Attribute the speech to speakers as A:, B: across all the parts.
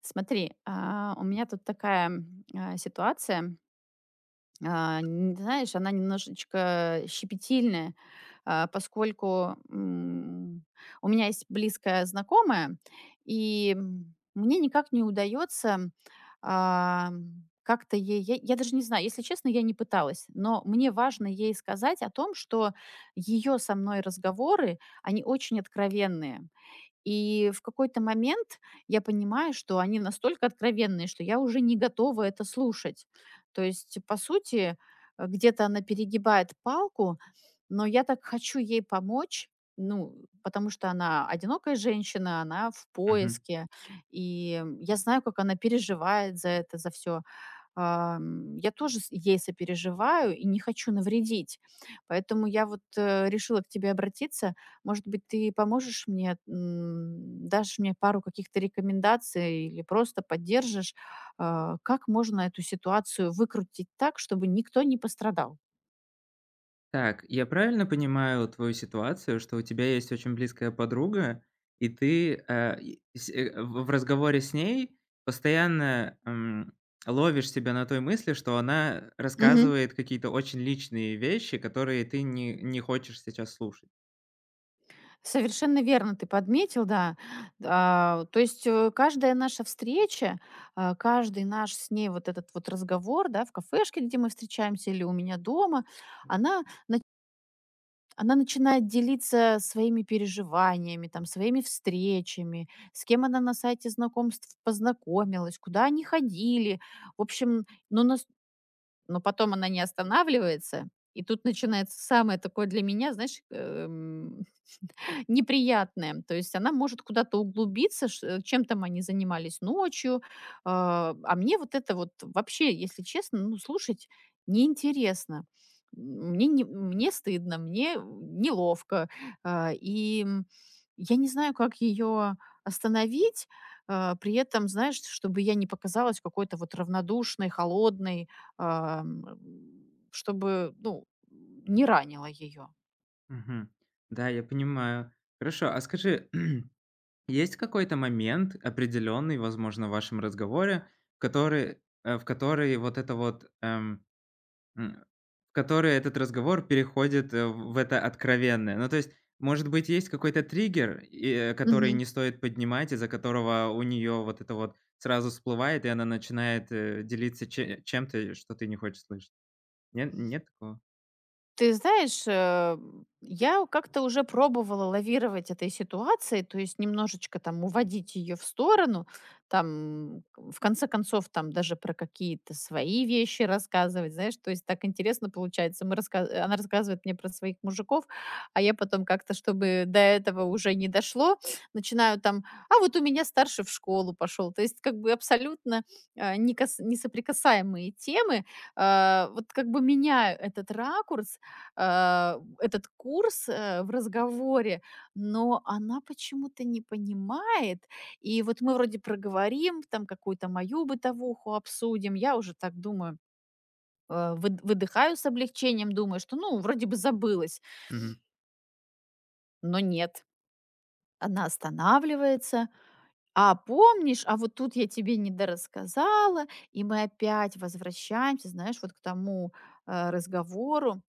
A: Смотри, у меня тут такая ситуация, знаешь, она немножечко щепетильная, поскольку у меня есть близкая знакомая, и мне никак не удается а, как-то ей, я даже не знаю, если честно, я не пыталась, но мне важно ей сказать о том, что ее со мной разговоры, они очень откровенные. И в какой-то момент я понимаю, что они настолько откровенные, что я уже не готова это слушать. То есть, по сути, где-то она перегибает палку, но я так хочу ей помочь, ну, потому что она одинокая женщина, она в
B: Мгм.
A: поиске, и я знаю, как она переживает за это, за все. Я тоже с ей сопереживаю и не хочу навредить. Поэтому я вот, решила к тебе обратиться. Может быть, ты поможешь мне, дашь мне пару каких-то рекомендаций или просто поддержишь, как можно эту ситуацию выкрутить так, чтобы никто не пострадал?
B: Так, я правильно понимаю твою ситуацию, что у тебя есть очень близкая подруга, и ты, в разговоре с ней постоянно, ловишь себя на той мысли, что она
A: Мгм.
B: рассказывает какие-то очень личные вещи, которые ты не хочешь сейчас слушать.
A: Совершенно верно ты подметил, да. То есть, каждая наша встреча, каждый наш с ней вот этот вот разговор, да, в кафешке, где мы встречаемся, или у меня дома, она, на- она начинает делиться своими переживаниями, там, своими встречами, с кем она на сайте знакомств познакомилась, куда они ходили. В общем, ну, нас, но потом она не останавливается. И тут начинается самое такое для меня, знаешь, неприятное. То есть она может куда-то углубиться, чем там они занимались ночью. А мне вот это вот вообще, если честно, ну, слушать неинтересно. Мне не Мне стыдно, мне неловко. А, и, м, я не знаю, как ее остановить, при этом, знаешь, чтобы я не показалась какой-то вот равнодушной, холодной, ам, чтобы, ну, не ранила ее.
B: Мгм. Да, я понимаю. Хорошо, а скажи, есть какой-то момент определенный, возможно, в вашем разговоре, в который вот это вот, М, в которой этот разговор переходит, в это откровенное. Ну, то есть, может быть, есть какой-то триггер, который не стоит поднимать, из-за которого у нее вот это вот сразу всплывает, и она начинает, делиться че чем-то, что ты не хочешь слышать. Нет такого?
A: Ты знаешь, я как-то уже пробовала лавировать этой ситуацией, то есть немножечко там уводить ее в сторону, там, в конце концов, там даже про какие-то свои вещи рассказывать, знаешь, то есть так интересно получается. Она рассказывает мне про своих мужиков, а я потом как-то, чтобы до этого уже не дошло, начинаю там, а вот у меня старший в школу пошел, то есть как бы абсолютно э, не кас- несоприкасаемые темы, вот как бы меняю этот ракурс, этот курс, в разговоре, но она почему-то не понимает. И вот мы вроде проговорим, там какую-то мою бытовуху обсудим. Я уже так думаю, выдыхаю с облегчением, думаю, что ну вроде бы забылась,
B: Мгм.
A: но нет. Она останавливается. А помнишь, а вот тут я тебе недорассказала, и мы опять возвращаемся, знаешь, вот к тому разговору.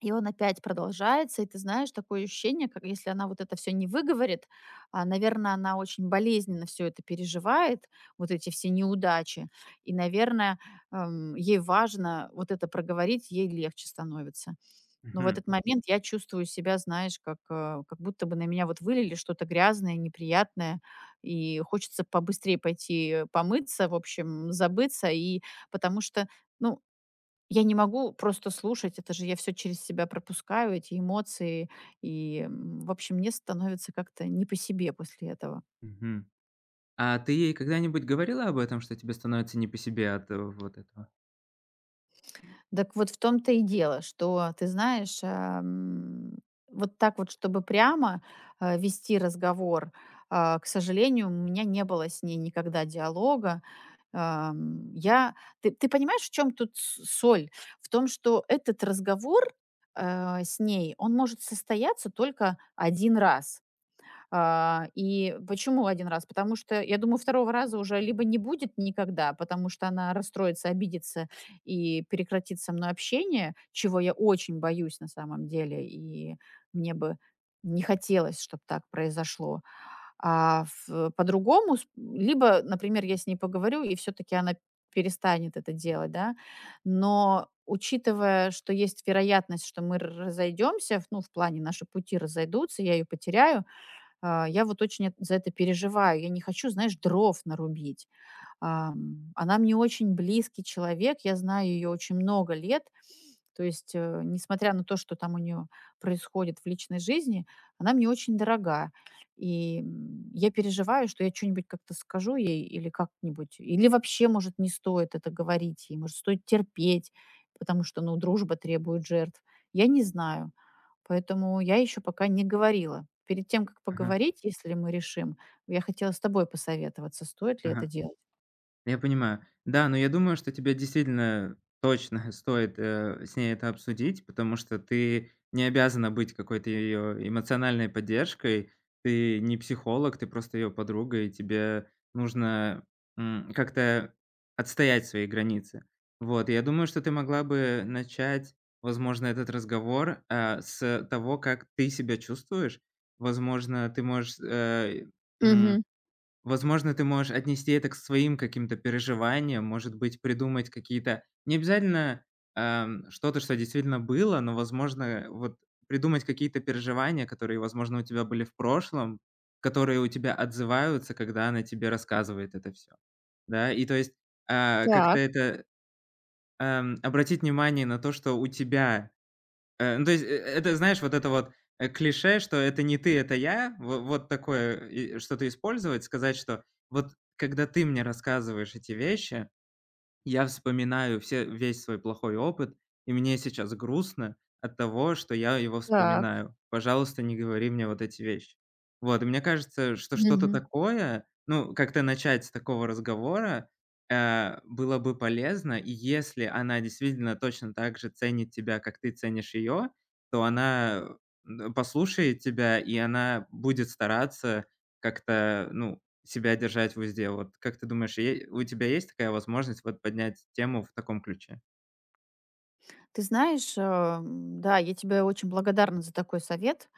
A: И он опять продолжается, и ты знаешь, такое ощущение, как если она вот это все не выговорит, наверное, она очень болезненно все это переживает, вот эти все неудачи. И, наверное, ей важно вот это проговорить, ей легче становится. Но в
B: Мгм.
A: этот момент я чувствую себя, знаешь, как, как будто бы на меня вот вылили что-то грязное, неприятное, и хочется побыстрее пойти помыться, в общем, забыться. И потому что, ну, я не могу просто слушать, это же я все через себя пропускаю, эти эмоции, и, в общем, мне становится как-то не по себе после этого.
B: Мгм. А ты ей когда-нибудь говорила об этом, что тебе становится не по себе от вот этого?
A: Так вот в том-то и дело, что, ты знаешь, вот так вот, чтобы прямо, вести разговор, к сожалению, у меня не было с ней никогда диалога. Ам, я Ты понимаешь, в чем тут с соль? В том, что этот разговор, с ней, он может состояться только один раз. Почему один раз? Потому что, я думаю, второго раза уже либо не будет никогда, потому что она расстроится, обидится и прекратит со мной общение, чего я очень боюсь на самом деле, и мне бы не хотелось, чтобы так произошло. А в по-другому, с либо, например, я с ней поговорю, и все таки она перестанет это делать, да. Но учитывая, что есть вероятность, что мы разойдемся, ну, в плане наши пути разойдутся, я ее потеряю, я вот очень эт за это переживаю. Я не хочу, знаешь, дров нарубить. Она мне очень близкий человек, я знаю ее очень много лет. То есть, несмотря на то, что там у нее происходит в личной жизни, она мне очень дорога. И, я переживаю, что я что нибудь как-то скажу ей или как-нибудь, или вообще, может, не стоит это говорить ей, может, стоит терпеть, потому что, ну, дружба требует жертв. Я не знаю. Поэтому я еще пока не говорила. Перед тем, как
B: Ага.
A: поговорить, если мы решим, я хотела с тобой посоветоваться, стоит ли это
B: Ага.
A: делать.
B: Я понимаю. Да, но я думаю, что тебе действительно точно стоит, с ней это обсудить, потому что ты не обязана быть какой-то ее эмоциональной поддержкой. Ты не психолог, ты просто ее подруга, и тебе нужно, как-то отстоять свои границы. Вот, и я думаю, что ты могла бы начать, возможно, этот разговор, а, с того, как ты себя чувствуешь. Возможно, ты можешь, м,
A: Мгм.
B: возможно, ты можешь отнести это к своим каким-то переживаниям, может быть, придумать какие-то не обязательно, что-то, что действительно было, но, возможно, вот придумать какие-то переживания, которые, возможно, у тебя были в прошлом, которые у тебя отзываются, когда она тебе рассказывает это все. Да, и то есть, а, как-то
A: Так,
B: это, обратить внимание на то, что у тебя... Э, ну, то есть, э, это, знаешь, вот это вот, клише, что "это не ты, это я", во вот такое э, и что-то использовать, сказать, что: "Вот когда ты мне рассказываешь эти вещи, я вспоминаю все весь свой плохой опыт, и мне сейчас грустно от того, что я его
A: так.
B: вспоминаю. Пожалуйста, не говори мне вот эти вещи". Вот, и мне кажется, что что-то
A: Мгм.
B: такое, ну, как-то начать с такого разговора, было бы полезно. И если она действительно точно так же ценит тебя, как ты ценишь ее, то она, послушает тебя, и она будет стараться как-то, ну, себя держать в узде. Вот как ты думаешь, е у тебя есть такая возможность вот поднять тему в таком ключе?
A: Ты знаешь, да, я тебе очень благодарна за такой совет.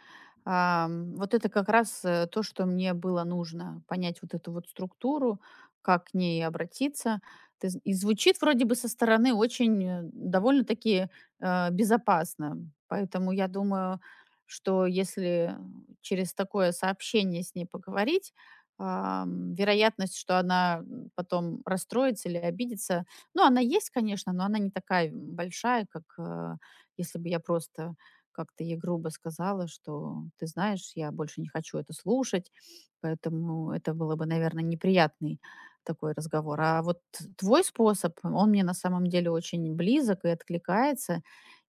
A: Вот это как раз, то, что мне было нужно. Понять вот эту вот структуру, как к ней обратиться. Ты з и Звучит вроде бы со стороны очень, довольно-таки, безопасно. Поэтому я думаю, что если через такое сообщение с ней поговорить, вероятность, что она, потом расстроится или обидится, ну, она есть, конечно, но она не такая, большая, как, если бы я просто как-то ей грубо сказала, что ты знаешь, я больше не хочу это слушать, поэтому это было бы, наверное, неприятный такой разговор. А вот твой способ, он мне на самом деле очень близок и откликается,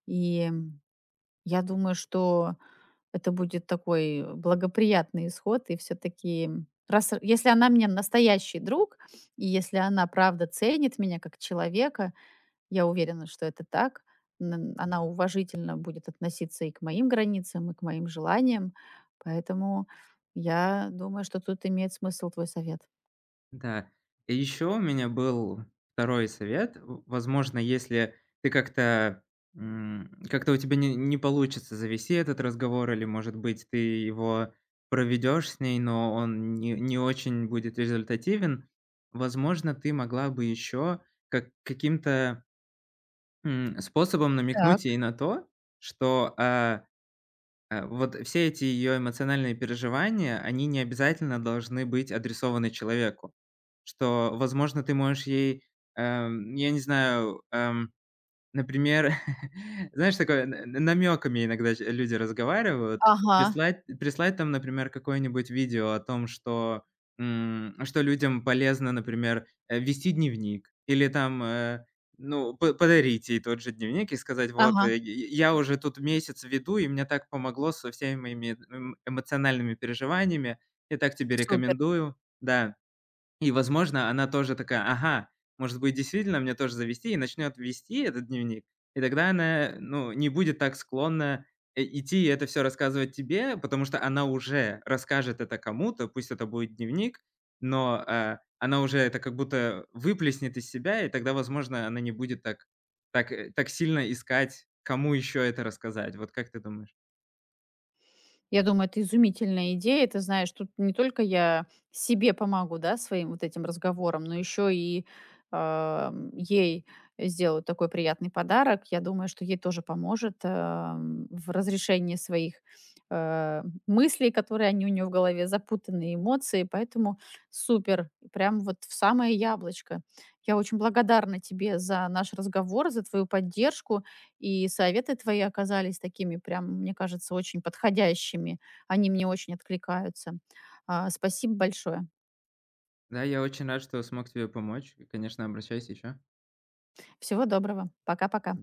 A: и я думаю, что это будет такой благоприятный исход, и все-таки раз, если она мне настоящий друг, и если она правда ценит меня как человека, я уверена, что это так. Н Она уважительно будет относиться и к моим границам, и к моим желаниям. Поэтому я думаю, что тут имеет смысл твой совет.
B: Да. И еще у меня был второй совет. В возможно, если ты как-то, как-то у тебя не получится завести этот разговор или, может быть, ты его проведешь с ней, но он не очень будет результативен. Возможно, ты могла бы еще как каким-то, способом
A: Так.
B: намекнуть ей на то, что, вот все эти ее эмоциональные переживания, они не обязательно должны быть адресованы человеку. Что, возможно, ты можешь ей, я не знаю, например, знаешь, такое, намеками иногда ч люди разговаривают.
A: Ага,
B: Прислать там, например, какое-нибудь видео о том, что, что людям полезно, например, вести дневник или там, ну, по подарить ей тот же дневник и сказать: "Вот,
A: ага,
B: я уже тут месяц веду, и мне так помогло со всеми моими, эмоциональными переживаниями. Я так тебе
A: супер.
B: рекомендую". Да. И, возможно, она тоже такая: "Ага, может быть, действительно мне тоже завести", и начнет вести этот дневник. И тогда она, ну, не будет так склонна, идти и это всё рассказывать тебе, потому что она уже расскажет это кому-то, пусть это будет дневник, но, она уже это как будто выплеснет из себя, и тогда, возможно, она не будет так так сильно искать, кому еще это рассказать. Вот как ты думаешь?
A: Я думаю, это изумительная идея. Ты знаешь, тут не только я себе помогу, да, своим вот этим разговором, но еще и ей сделаю такой приятный подарок. Я думаю, что ей тоже поможет в разрешении своих мыслей, которые они у нее в голове, запутанные эмоции. Поэтому супер, прям вот в самое яблочко. Я очень благодарна тебе за наш разговор, за твою поддержку. И советы твои оказались такими прям, мне кажется, очень подходящими. Они мне очень откликаются. Спасибо большое.
B: Да, я очень рад, что смог тебе помочь. Конечно, обращайся еще.
A: Всего доброго. Пока-пока.